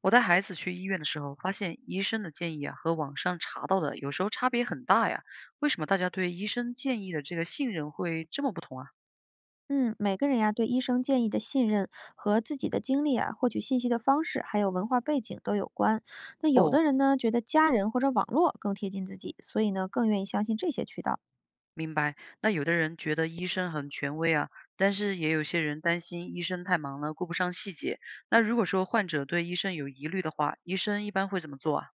我带孩子去医院的时候，发现医生的建议啊和网上查到的有时候差别很大呀。为什么大家对医生建议的这个信任会这么不同啊？嗯，每个人呀，对医生建议的信任和自己的经历啊，获取信息的方式，还有文化背景都有关。那有哦，的人呢，觉得家人或者网络更贴近自己，所以呢，更愿意相信这些渠道。明白。那有的人觉得医生很权威啊，但是也有些人担心医生太忙了，顾不上细节。那如果说患者对医生有疑虑的话，医生一般会怎么做啊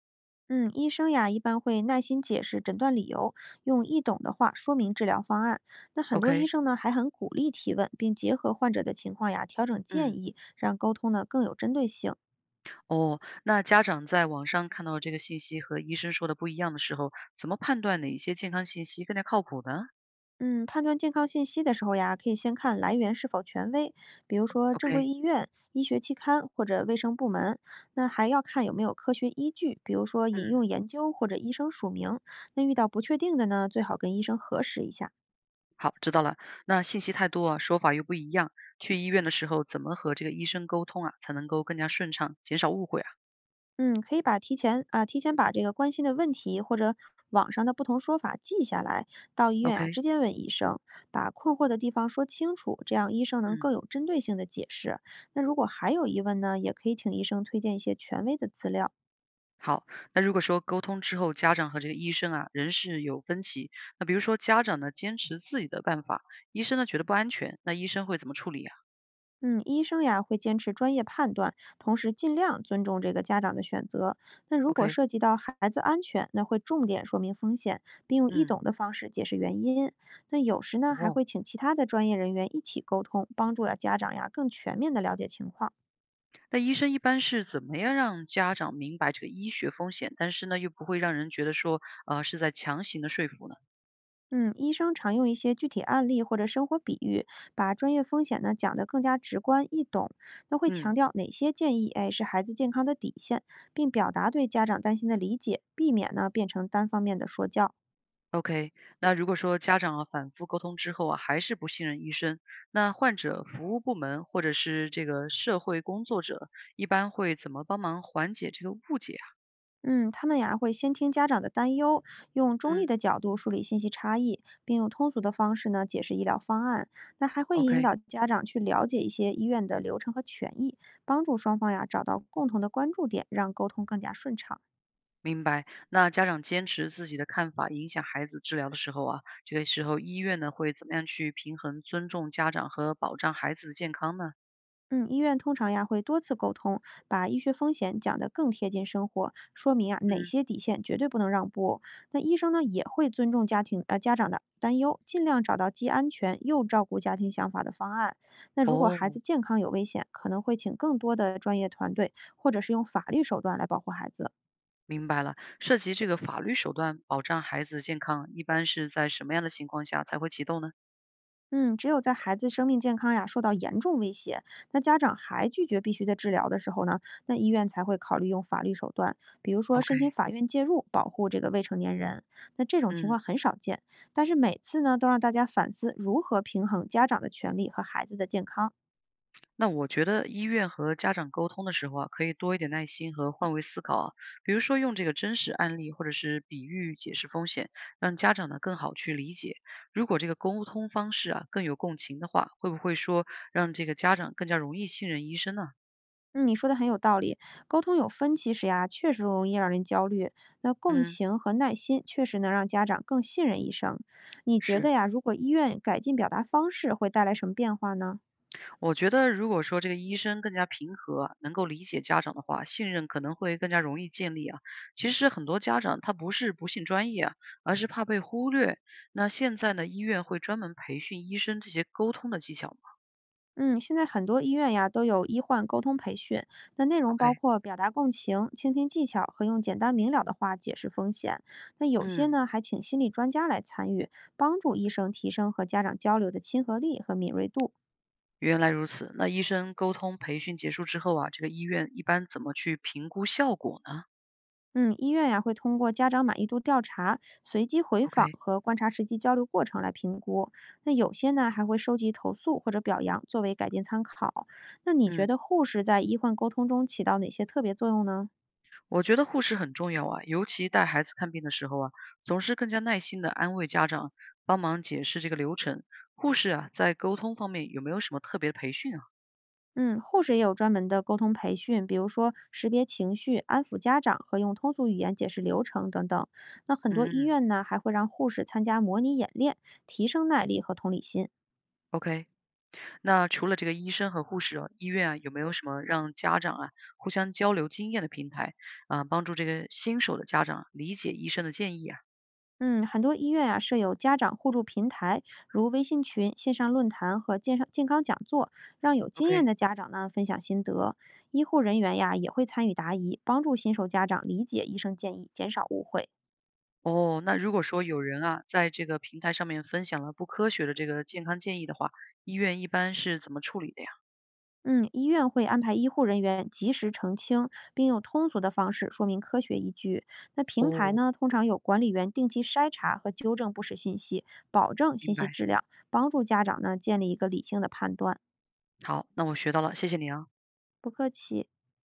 嗯，医生呀，一般会耐心解释诊断理由，用易懂的话说明治疗方案。那很多医？OK。生呢，还很鼓励提问，并结合患者的情况呀，调整建嗯，议，让沟通呢更有针对性。哦，那家长在网上看到这个信息和医生说的不一样的时候，怎么判断哪一些健康信息更加靠谱呢嗯，判断健康信息的时候呀，可以先看来源是否权威，比如说正规？OK，医院、医学期刊或者卫生部门。那还要看有没有科学依据，比如说引用嗯。研究或者医生署名。那遇到不确定的呢，最好跟医生核实一下。好，知道了。那信息太多啊，说法又不一样，去医院的时候怎么和这个医生沟通啊，才能够更加顺畅，减少误会啊嗯，可以把提前啊、提前把这个关心的问题或者网上的不同说法记下来，到医院啊？OK，直接问医生，把困惑的地方说清楚，这样医生能嗯，更有针对性的解释。那如果还有疑问呢，也可以请医生推荐一些权威的资料。好。那如果说沟通之后，家长和这个医生啊，仍是有分歧，那比如说家长呢坚持自己的办法，医生呢觉得不安全，那医生会怎么处理啊嗯，医生呀会坚持专业判断，同时尽量尊重这个家长的选择。那如果？OK，涉及到孩子安全，那会重点说明风险，并用易嗯，懂的方式解释原因。那有时呢，还哦，会请其他的专业人员一起沟通，帮助了家长呀更全面的了解情况。那医生一般是怎么样让家长明白这个医学风险，但是呢又不会让人觉得说是在强行的说服呢？嗯，医生常用一些具体案例或者生活比喻，把专业风险呢讲得更加直观易懂。那会强嗯。调哪些建议，哎，是孩子健康的底线，并表达对家长担心的理解，避免呢变成单方面的说教。OK，那如果说家长啊反复沟通之后啊，还是不信任医生，那患者服务部门或者是这个社会工作者一般会怎么帮忙缓解这个误解啊？嗯，他们呀会先听家长的担忧，用中立嗯的角度梳理信息差异，并用通俗的方式呢解释医疗方案。那还会引，OK，导家长去了解一些医院的流程和权益，帮助双方呀找到共同的关注点，让沟通更加顺畅。明白。那家长坚持自己的看法，影响孩子治疗的时候啊，这个时候医院呢会怎么样去平衡尊重家长和保障孩子的健康呢？嗯，医院通常呀会多次沟通，把医学风险讲得更贴近生活，说明啊哪嗯，些底线绝对不能让步。那医生呢也会尊重家长的担忧，尽量找到既安全又照顾家庭想法的方案。那如果孩子哦。健康有危险，可能会请更多的专业团队，或者是用法律手段来保护孩子。明白了，涉及这个法律手段保障孩子的健康，一般是在什么样的情况下才会启动呢嗯，只有在孩子生命健康呀受到严重威胁，那家长还拒绝必须的治疗的时候呢，那医院才会考虑用法律手段，比如说？OK，申请法院介入保护这个未成年人。那这种情嗯，况很少见，但是每次呢都让大家反思如何平衡家长的权利和孩子的健康。那我觉得医院和家长沟通的时候啊，可以多一点耐心和换位思考啊，比如说用这个真实案例或者是比喻解释风险，让家长呢更好去理解。如果这个沟通方式啊更有共情的话，会不会说让这个家长更加容易信任医生呢？嗯，你说的很有道理。沟通有分歧时呀，确实容易让人焦虑。那共嗯，情和耐心确实能让家长更信任医生。你觉得是呀，如果医院改进表达方式，会带来什么变化呢？我觉得如果说这个医生更加平和，能够理解家长的话，信任可能会更加容易建立啊。其实很多家长他不是不信专业啊，而是怕被忽略。那现在呢，医院会专门培训医生这些沟通的技巧吗？ 嗯，现在很多医院呀都有医患沟通培训，那内 o 容 k 包括表达共情、倾听技巧和用简单明了的话解释风险。那有些嗯，呢还请心理专家来参与，帮助医生提升和家长交流的亲和力和敏锐度。原来如此。那医生沟通培训结束之后啊，这个医院一般怎么去评估效果呢嗯，医院呀会通过家长满意度调查、随机回访？OK，和观察实际交流过程来评估。那有些呢还会收集投诉或者表扬作为改进参考。那你觉嗯。得护士在医患沟通中起到哪些特别作用呢？我觉得护士很重要啊，尤其带孩子看病的时候啊，总是更加耐心的安慰家长，帮忙解释这个流程。护士啊，在沟通方面有没有什么特别的培训啊？嗯，护士也有专门的沟通培训，比如说识别情绪、安抚家长和用通俗语言解释流程等等。那很多嗯医嗯院呢，还会让护士参加模拟演练，提升耐力和同理心。，OK。那除了这个医生和护士啊，医院啊有没有什么让家长啊互相交流经验的平台啊，帮助这个新手的家长理解医生的建议啊嗯，很多医院啊设有家长互助平台，如微信群、线上论坛和健上健康讲座，让有经验？OK。的家长呢分享心得。医护人员呀也会参与答疑，帮助新手家长理解医生建议，减少误会。哦，那如果说有人啊在这个平台上面分享了不科学的这个健康建议的话，医院一般是怎么处理的呀？嗯，医院会安排医护人员及时澄清，并用通俗的方式说明科学依据。那平台哦，呢，通常有管理员定期筛查和纠正不实信息，保证信明息白。质量，帮助家长呢建立一个理性的判断。好，那我学到了，谢谢你啊。不客气。